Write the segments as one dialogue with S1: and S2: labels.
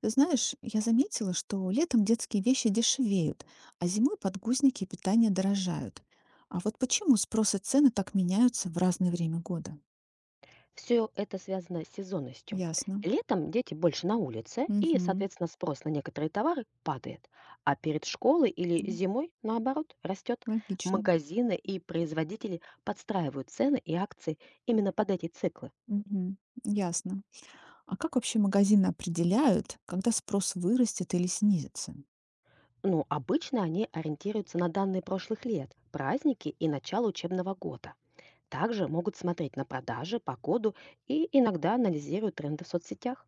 S1: Ты знаешь, я заметила, что летом детские вещи дешевеют, а зимой подгузники и питание дорожают. А вот почему спрос и цены так меняются в разное время года?
S2: Все это связано с сезонностью.
S1: Ясно.
S2: Летом дети больше на улице, и,
S1: Мгм.
S2: соответственно, спрос на некоторые товары падает, а перед школой или
S1: М,
S2: зимой, наоборот, растет.
S1: логично.
S2: Магазины и производители подстраивают цены и акции именно под эти циклы.
S1: Мгм. Ясно. А как вообще магазины определяют, когда спрос вырастет или снизится?
S2: Но обычно они ориентируются на данные прошлых лет, праздники и начало учебного года. Также могут смотреть на продажи, погоду и иногда анализируют тренды в соцсетях.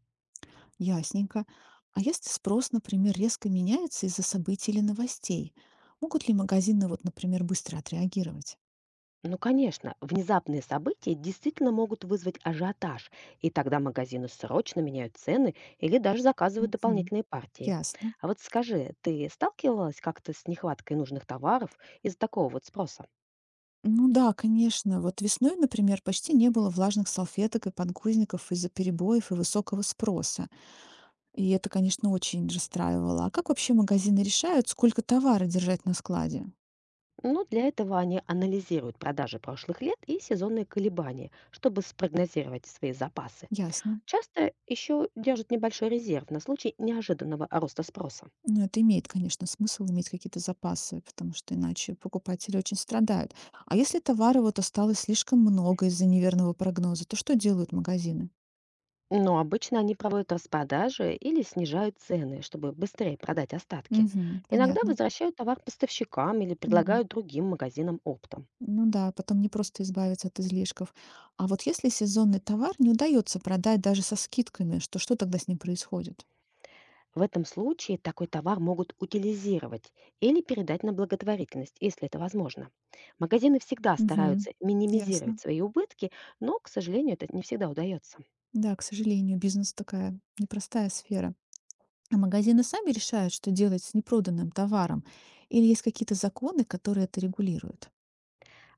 S1: Ясненько. А если спрос, например, резко меняется из-за событий или новостей, могут ли магазины, вот, например, быстро отреагировать?
S2: Ну, конечно, внезапные события действительно могут вызвать ажиотаж, и тогда магазины срочно меняют цены или даже заказывают
S1: Мгм.
S2: дополнительные партии.
S1: Ясно.
S2: А вот скажи, ты сталкивалась как-то с нехваткой нужных товаров из-за такого вот спроса?
S1: Ну да, конечно. Вот весной, например, почти не было влажных салфеток и подгузников из-за перебоев и высокого спроса. И это, конечно, очень расстраивало. А как вообще магазины решают, сколько товара держать на складе?
S2: Ну, для этого они анализируют продажи прошлых лет и сезонные колебания, чтобы спрогнозировать свои запасы.
S1: Ясно.
S2: Часто еще держат небольшой резерв на случай неожиданного роста спроса.
S1: Ну, это имеет, конечно, смысл иметь какие-то запасы, потому что иначе покупатели очень страдают. А если товара вот осталось слишком много из-за неверного прогноза, то что делают магазины?
S2: Но обычно они проводят распродажи или снижают цены, чтобы быстрее продать остатки.
S1: Угу,
S2: Иногда
S1: понятно.
S2: возвращают товар поставщикам или
S1: Мгм.
S2: предлагают другим магазинам оптом.
S1: Ну да, потом не просто избавиться от излишков. А вот если сезонный товар не удается продать даже со скидками, что тогда с ним происходит?
S2: В этом случае такой товар могут утилизировать или передать на благотворительность, если это возможно. Магазины всегда
S1: Угу,
S2: стараются
S1: ясно.
S2: минимизировать свои убытки, но, к сожалению, это не всегда удается.
S1: Да, к сожалению, бизнес такая непростая сфера. А магазины сами решают, что делать с непроданным товаром? Или есть какие-то законы, которые это регулируют?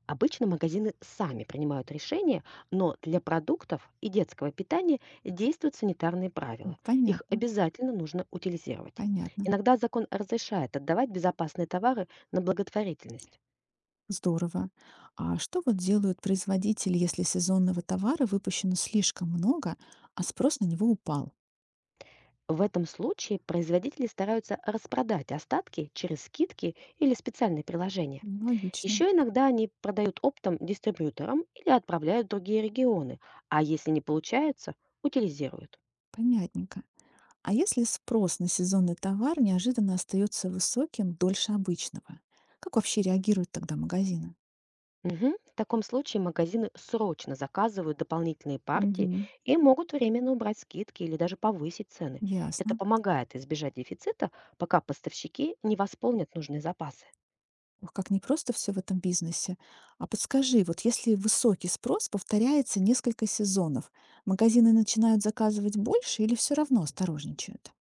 S2: Обычно магазины сами принимают решения, но для продуктов и детского питания действуют санитарные
S1: М,
S2: правила. Их
S1: понятно,
S2: обязательно нужно утилизировать.
S1: понятно.
S2: Иногда закон разрешает отдавать безопасные товары на благотворительность.
S1: Здорово. А что вот делают производители, если сезонного товара выпущено слишком много, а спрос на него упал?
S2: В этом случае производители стараются распродать остатки через скидки или специальные приложения.
S1: М, логично,
S2: Еще иногда они продают оптом дистрибьюторам или отправляют в другие регионы, а если не получается, утилизируют.
S1: понятненько. А если спрос на сезонный товар неожиданно остается высоким дольше обычного? Как вообще реагируют тогда магазины?
S2: Мгм. В таком случае магазины срочно заказывают дополнительные партии
S1: Мгм.
S2: и могут временно убрать скидки или даже повысить цены. Это
S1: Ясно.
S2: помогает избежать дефицита, пока поставщики не восполнят нужные запасы.
S1: Ох, как непросто все в этом бизнесе. А подскажи, вот если высокий спрос повторяется несколько сезонов, магазины начинают заказывать больше или все равно осторожничают?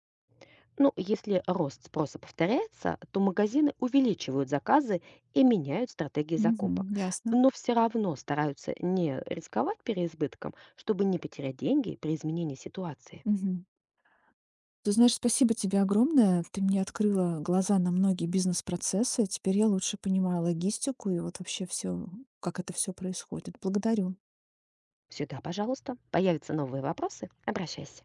S2: Ну, если рост спроса повторяется, то магазины увеличивают заказы и меняют стратегии закупок.
S1: Мгм. Ясно.
S2: Но все равно стараются не рисковать переизбытком, чтобы не потерять деньги при изменении ситуации.
S1: Мгм. Ты знаешь, спасибо тебе огромное. Ты мне открыла глаза на многие бизнес-процессы. Теперь я лучше понимаю логистику и вот вообще все, как это все происходит. Благодарю.
S2: Всегда, пожалуйста, появятся новые вопросы, обращайся.